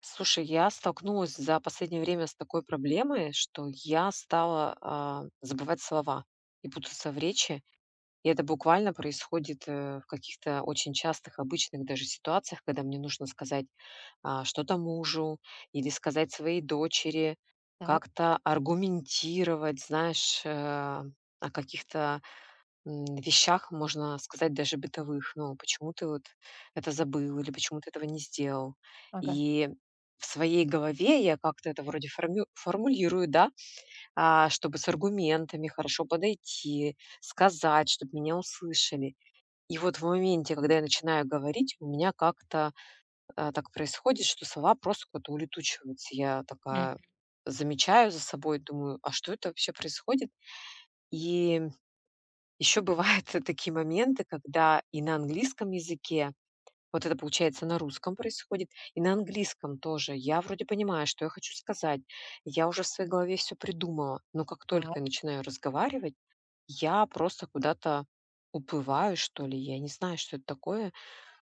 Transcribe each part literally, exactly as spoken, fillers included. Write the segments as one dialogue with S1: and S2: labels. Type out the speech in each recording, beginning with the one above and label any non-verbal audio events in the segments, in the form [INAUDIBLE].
S1: Слушай, я столкнулась за последнее время с такой проблемой, что я стала а, забывать слова и путаться в речи. И это буквально происходит э, в каких-то очень частых, обычных даже ситуациях, когда мне нужно сказать а, что-то мужу или сказать своей дочери,
S2: Так.
S1: как-то аргументировать, знаешь, э, о каких-то м, вещах, можно сказать, даже бытовых. Ну, почему ты вот это забыл или почему ты этого не сделал?
S2: Ага.
S1: И в своей голове я как-то это вроде формю- формулирую, да, а, чтобы с аргументами хорошо подойти, сказать, чтобы меня услышали. И вот в моменте, когда я начинаю говорить, у меня как-то а, так происходит, что слова просто куда-то улетучиваются. Я
S2: М.
S1: такая замечаю за собой, думаю, а что это вообще происходит? И еще бывают [LAUGHS] такие моменты, когда и на английском языке, вот это получается на русском происходит, и на английском тоже. Я вроде понимаю, что я хочу сказать, я уже в своей голове все придумала, но как
S2: Так.
S1: только я начинаю разговаривать, я просто куда-то уплываю, что ли, я не знаю, что это такое.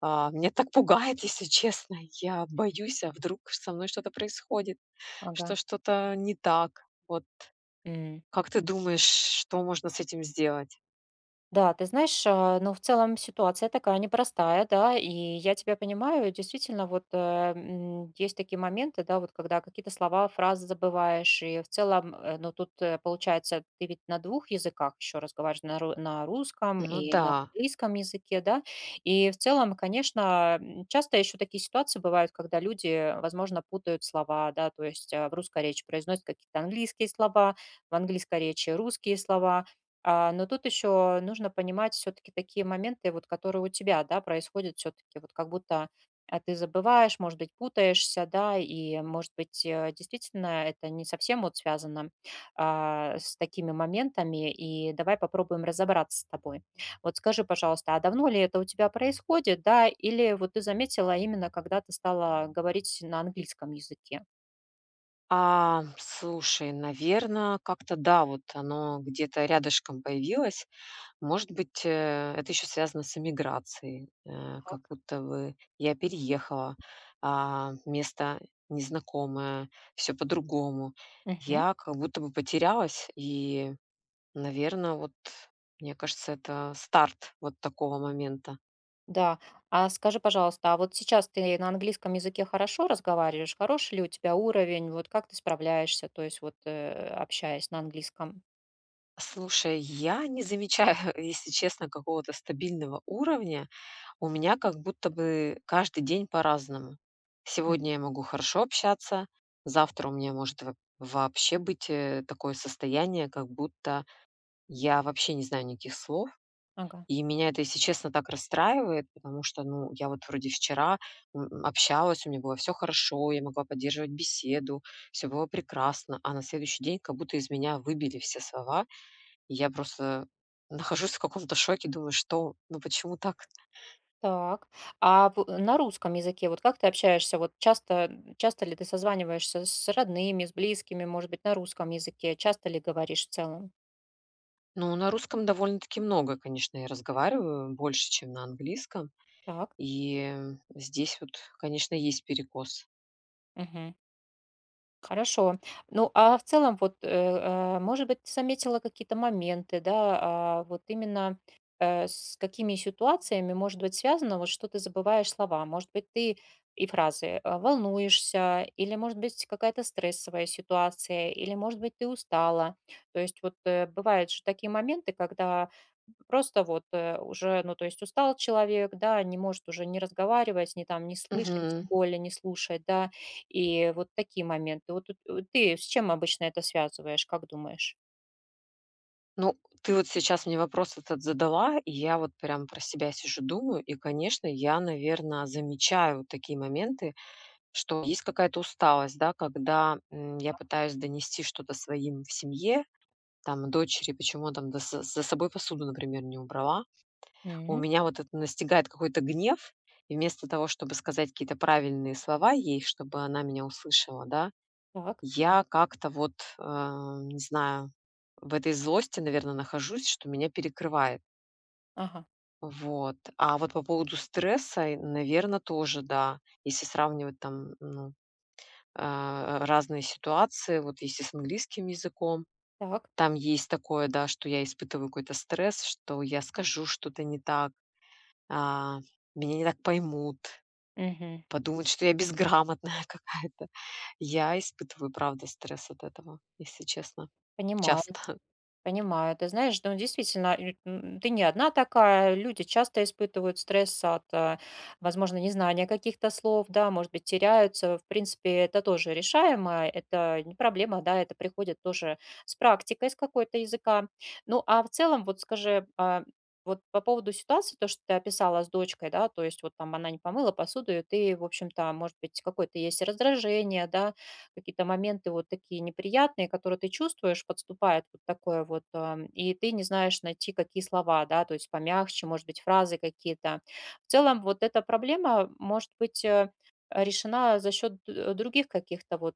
S1: А, меня так пугает, [LAUGHS] если честно, я боюсь, а вдруг со мной что-то происходит, что
S2: Ага.
S1: что-то не так. Вот
S2: М.
S1: как ты думаешь, что можно с этим сделать?
S2: Да, ты знаешь, а, ну, в целом ситуация такая непростая, да, и я тебя понимаю, действительно, вот э, м, есть такие моменты, да, вот когда какие-то слова, фразы забываешь, и в целом, э, ну, тут э, получается, ты ведь на двух языках еще разговариваешь, на, ру- на русском
S1: Ну
S2: и
S1: да.
S2: на английском языке, да, и в целом, конечно, м, часто еще такие ситуации бывают, когда люди, возможно, путают слова, да, то есть э, в русской речи произносят какие-то английские слова, в английской речи русские слова, а, но тут еще нужно понимать все-таки такие моменты, вот, которые у тебя, да, происходят все-таки, вот как будто а, ты забываешь, может быть, путаешься, да, и, может быть, э, действительно это не совсем вот связано а, с такими моментами, и давай попробуем разобраться с тобой. Вот скажи, пожалуйста, а давно ли это у тебя происходит, да, или вот ты заметила именно, когда ты стала говорить на английском языке?
S1: А, слушай, наверное, как-то да, вот оно где-то рядышком появилось. Может быть, э, это еще связано с эмиграцией, э, как
S2: Так.
S1: будто бы я переехала, а, место незнакомое, все по-другому.
S2: Мгм.
S1: Я как будто бы потерялась и, наверное, вот, мне кажется, это старт вот такого момента.
S2: Да. А скажи, пожалуйста, а вот сейчас ты на английском языке хорошо разговариваешь? Хороший ли у тебя уровень? Вот как ты справляешься, то есть вот э, общаясь на английском?
S1: Слушай, я не замечаю, [LAUGHS] если честно, какого-то стабильного уровня. У меня как будто бы каждый день по-разному.
S2: М.
S1: Сегодня я могу хорошо общаться, завтра у меня может во- вообще быть э, такое состояние, как будто я вообще не знаю никаких слов.
S2: Ага.
S1: И меня это, если честно, так расстраивает, потому что, ну, я вот вроде вчера м, общалась, у меня было все хорошо, я могла поддерживать беседу, все было прекрасно, а на следующий день как будто из меня выбили все слова, и я просто нахожусь в каком-то шоке, думаю, что, ну почему так?
S2: Так. А в- на русском языке вот как ты общаешься? Вот часто, часто ли ты созваниваешься с родными, с близкими, может быть, на русском языке? Часто ли говоришь в целом?
S1: Ну, на русском довольно-таки много, конечно, я разговариваю, больше, чем на английском.
S2: Так.
S1: И здесь вот, конечно, есть перекос.
S2: Мгм. Хорошо. Ну, а в целом, вот, э, э, может быть, ты заметила какие-то моменты, да, а, вот именно э, с какими ситуациями может быть связано, вот что ты забываешь слова? Может быть, ты и фразы э, волнуешься, или, может быть, какая-то стрессовая ситуация, или, может быть, ты устала. То есть вот э, бывают же такие моменты, когда просто вот, э, уже, ну, то есть устал человек, да, не может уже не разговаривать, не там, не слышать, тем
S1: Мгм.
S2: более не слушать, да. И вот такие моменты. Вот тут, э, ты с чем обычно это связываешь, как думаешь?
S1: Ну, ты вот сейчас мне вопрос этот задала, и я вот прям про себя сижу, думаю. И, конечно, я, наверное, замечаю вот такие моменты, что есть какая-то усталость, да, когда м, я пытаюсь донести что-то своим в семье, там, дочери, почему там да, за за собой посуду, например, не убрала. У
S2: Мгм.
S1: меня вот это настигает какой-то гнев, и вместо того, чтобы сказать какие-то правильные слова ей, чтобы она меня услышала, да,
S2: Так.
S1: я как-то вот, э, не знаю, в этой злости, наверное, нахожусь, что меня перекрывает.
S2: Ага.
S1: Вот. А вот по поводу стресса, наверное, тоже, да. Если сравнивать там ну, а, разные ситуации, вот если с английским языком,
S2: Так.
S1: там есть такое, да, что я испытываю какой-то стресс, что я скажу что-то не так, а, меня не так поймут.
S2: Мгм.
S1: Подумают, что я безграмотная [LAUGHS] какая-то. Я испытываю, правда, стресс от этого, если честно.
S2: Понимаю.
S1: Часто.
S2: Понимаю. Ты знаешь, ну, действительно, лю- м, ты не одна такая. Люди часто испытывают стресс от, а, возможно, незнания каких-то слов, да, может быть, теряются. В принципе, это тоже решаемо, это не проблема, да, это приходит тоже с практикой, с какой-то языка. Ну, а в целом, вот скажи, а, вот по поводу ситуации, то, что ты описала с дочкой, да, то есть вот там она не помыла посуду, и ты, в общем-то, может быть, какое-то есть раздражение, да, какие-то моменты вот такие неприятные, которые ты чувствуешь, подступает вот такое вот, а, и ты не знаешь найти какие слова, да, то есть помягче, может быть, фразы какие-то. В целом вот эта проблема может быть э, решена за счет э, других каких-то вот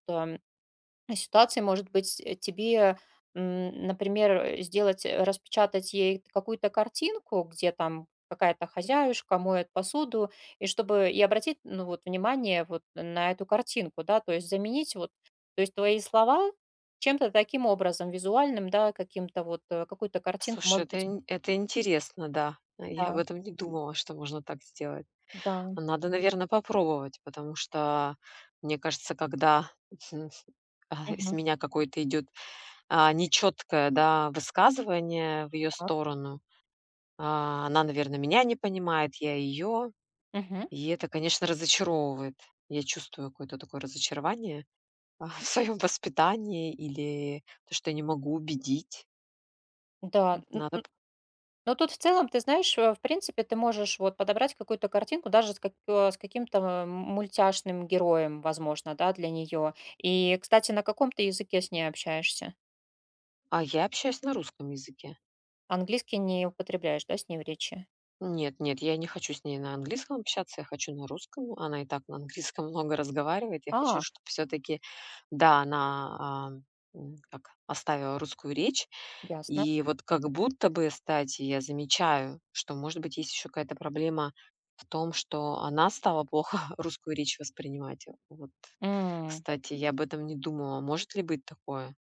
S2: ситуации, может быть, э, тебе, м, например, э, сделать, э, распечатать ей какую-то картинку, где там какая-то хозяюшка моет посуду, и чтобы и обратить, ну, вот, внимание вот на эту картинку, да, то есть заменить вот, то есть твои слова чем-то таким образом визуальным, да, каким-то вот, э, какую-то
S1: [LAUGHS]
S2: картинку,
S1: Слушай,
S2: может
S1: это,
S2: быть,
S1: ин- это интересно, да. Э, Я об
S2: да,
S1: этом не думала, что можно так сделать.
S2: да,
S1: А надо, наверное, попробовать, потому что, мне кажется, когда [LAUGHS] а, из
S2: мгм,
S1: меня какое-то идет нечеткое да, высказывание в ее
S2: так,
S1: сторону, а, она, наверное, меня не понимает, я ее.
S2: мгм,
S1: И это, конечно, разочаровывает. Я чувствую какое-то такое разочарование. А, в своем воспитании или то, что я не могу убедить.
S2: да.
S1: Надо п
S2: Но тут в целом, ты знаешь, э, в принципе, ты можешь вот подобрать какую-то картинку даже с, как- э, с каким-то м, мультяшным героем, возможно, да, для нее. И, кстати, на каком ты языке с ней общаешься?
S1: А я общаюсь на русском языке.
S2: Английский не употребляешь, да, с ней в речи?
S1: Нет, нет, я не хочу с ней на английском общаться, я хочу на русском. Она и так на английском [LAUGHS] много разговаривает. Я хочу,
S2: А,
S1: чтобы все-таки, да, она, а, м, как, оставила русскую речь.
S2: ясно.
S1: И вот как будто бы, кстати, я замечаю, что, может быть, есть еще какая-то проблема в том, что она стала плохо [LAUGHS] русскую речь воспринимать. Вот. Кстати, я об этом не думала. Может ли быть такое,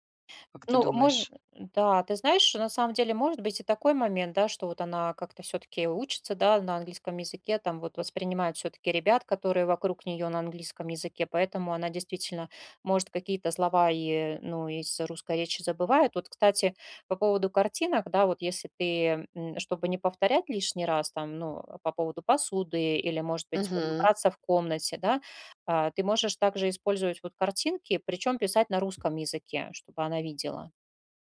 S1: как ты
S2: Ну, может,
S1: думаешь?
S2: да, ты знаешь, на самом деле может быть и такой момент, да, что вот она как-то все-таки учится, да, на английском языке, там вот воспринимает все-таки ребят, которые вокруг нее на английском языке, поэтому она действительно может какие-то слова и, ну, из русской речи забывает. Вот, кстати, по поводу картинок, да, вот если ты, м, чтобы не повторять лишний раз, там, ну, по поводу посуды или, может быть, вот
S1: Мгм.
S2: убраться в комнате, да, а, ты можешь также использовать вот картинки, причем писать на русском языке, чтобы она видела.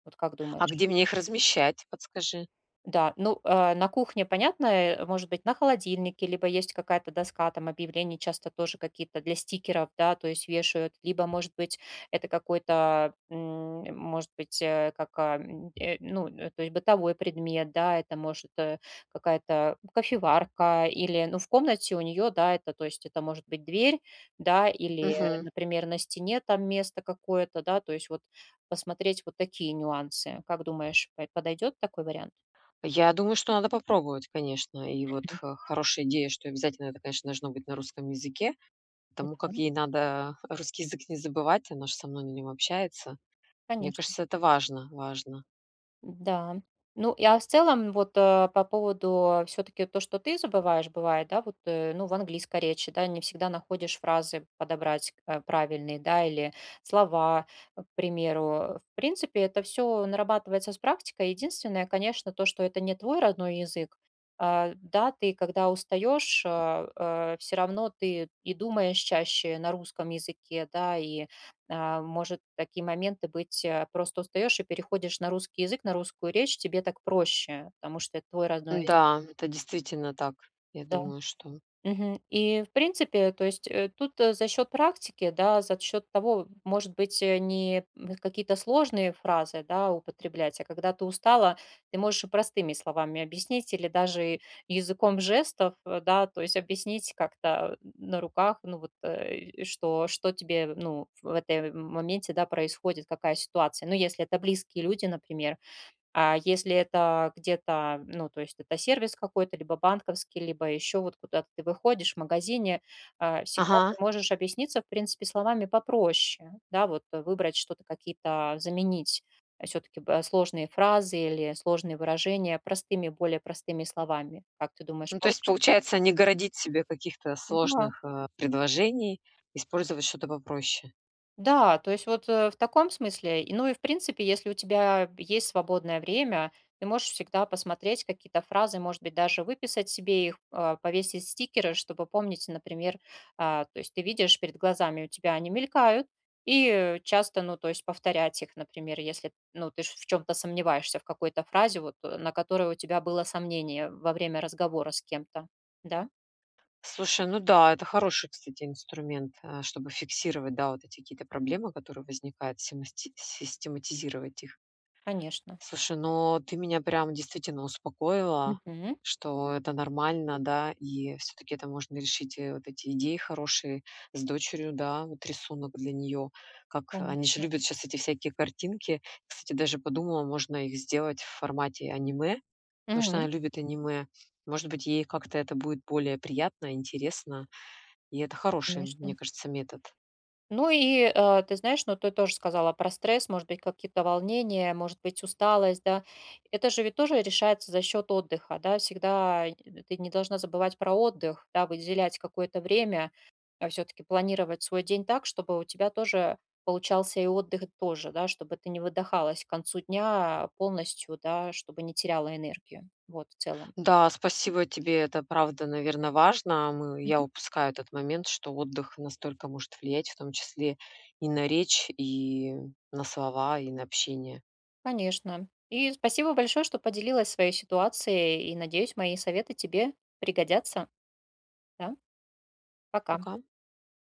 S2: Вот как
S1: А
S2: думаешь?
S1: где мне их размещать, подскажи?
S2: Да, ну, э, на кухне, понятно, э, может быть, на холодильнике, либо есть какая-то доска, там объявлений часто тоже какие-то для стикеров, да, то есть вешают, либо, может быть, это какой-то, м, может быть, э, как, а, м, э, ну, э, то есть бытовой предмет, да, это может э, какая-то кофеварка или, ну, в комнате у нее, да, это, то есть это может быть дверь, да, или, э,
S1: Мгм.
S2: например, на стене там место какое-то, да, то есть вот посмотреть вот такие нюансы. Как думаешь, подойдет такой вариант?
S1: Я думаю, что надо попробовать, конечно. И вот х- хорошая идея, что обязательно это, конечно, должно быть на русском языке, потому как
S2: Да,
S1: ей надо [LAUGHS] русский язык не забывать, она же со мной на нем общается. Мне
S2: конечно,
S1: кажется, это важно, важно.
S2: да. Ну, я в целом вот, э, по поводу все таки то, что ты забываешь, бывает, да, вот, э, ну, в английской речи, да, не всегда находишь фразы подобрать, э, правильные, да, или слова, э, к примеру. В принципе, это все нарабатывается с практикой. Единственное, конечно, то, что это не твой родной язык. А, да, ты когда устаешь, все равно ты и думаешь чаще на русском языке, да, и а, может такие моменты быть, э, просто устаешь и переходишь на русский язык, на русскую речь, тебе так проще, потому что это твой родной язык.
S1: Да, это действительно так. Я
S2: Да.
S1: думаю, что...
S2: Мгм. И, в принципе, то есть, э, тут, э, за счет практики, да, за счет того, может быть, э, не м, какие-то сложные фразы, да, употреблять, а когда ты устала, ты можешь и простыми словами объяснить или даже языком жестов, э, да, то есть объяснить как-то на руках, ну вот, э, и что, что тебе, ну, в этом моменте, да, происходит, какая ситуация. Ну, если это близкие люди, например, а если это где-то, ну, то есть это сервис какой-то, либо банковский, либо еще вот куда-то ты выходишь в магазине, а, всегда
S1: Ага.
S2: ты можешь объясниться, в принципе, словами попроще, да, вот э, выбрать что-то, какие-то заменить все-таки сложные фразы или сложные выражения простыми, более простыми словами. Как ты думаешь,
S1: Ну, то есть,
S2: получится?
S1: получается, не городить себе каких-то
S2: Да.
S1: сложных э, предложений, использовать что-то попроще.
S2: Да, то есть вот, э, в таком смысле. И, ну и в принципе, если у тебя есть свободное время, ты можешь всегда посмотреть какие-то фразы, может быть, даже выписать себе их, а, повесить стикеры, чтобы помнить, например, а, то есть ты видишь перед глазами, у тебя они мелькают, и, э, часто, ну, то есть повторять их, например, если, ну, ты ж в чем то сомневаешься, в какой-то фразе, вот, э, на которой у тебя было сомнение во время разговора с кем-то. Да,
S1: Слушай, ну да, это хороший, кстати, инструмент, а, чтобы фиксировать, да, вот эти какие-то проблемы, которые возникают, системати- систематизировать их.
S2: конечно.
S1: Слушай, но ты меня прям действительно успокоила,
S2: Мгм.
S1: что это нормально, да, и все-таки это можно решить, и вот эти идеи хорошие с дочерью, да, вот рисунок для нее, как они же
S2: Конечно.
S1: любят сейчас эти всякие картинки. Кстати, даже подумала, можно их сделать в формате аниме, потому что
S2: Мгм.
S1: она любит аниме. Может быть, ей как-то это будет более приятно, интересно, и это хороший,
S2: Конечно.
S1: мне кажется, метод.
S2: Ну и, э, ты знаешь, ну ты тоже сказала про стресс, может быть, какие-то волнения, может быть, усталость, да. Это же ведь тоже решается за счет отдыха, да. Всегда э, ты не должна забывать про отдых, да, выделять какое-то время, все-таки планировать свой день так, чтобы у тебя тоже получался и отдых тоже, да, чтобы ты не выдыхалась к концу дня полностью, да, чтобы не теряла энергию, вот, в целом.
S1: Да, спасибо тебе, это правда, наверное, важно. Мы, я упускаю этот момент, что отдых настолько может влиять, в том числе и на речь, и на слова, и на общение.
S2: Конечно. И спасибо большое, что поделилась своей ситуацией, и, надеюсь, мои советы тебе пригодятся. Да, пока.
S1: Пока.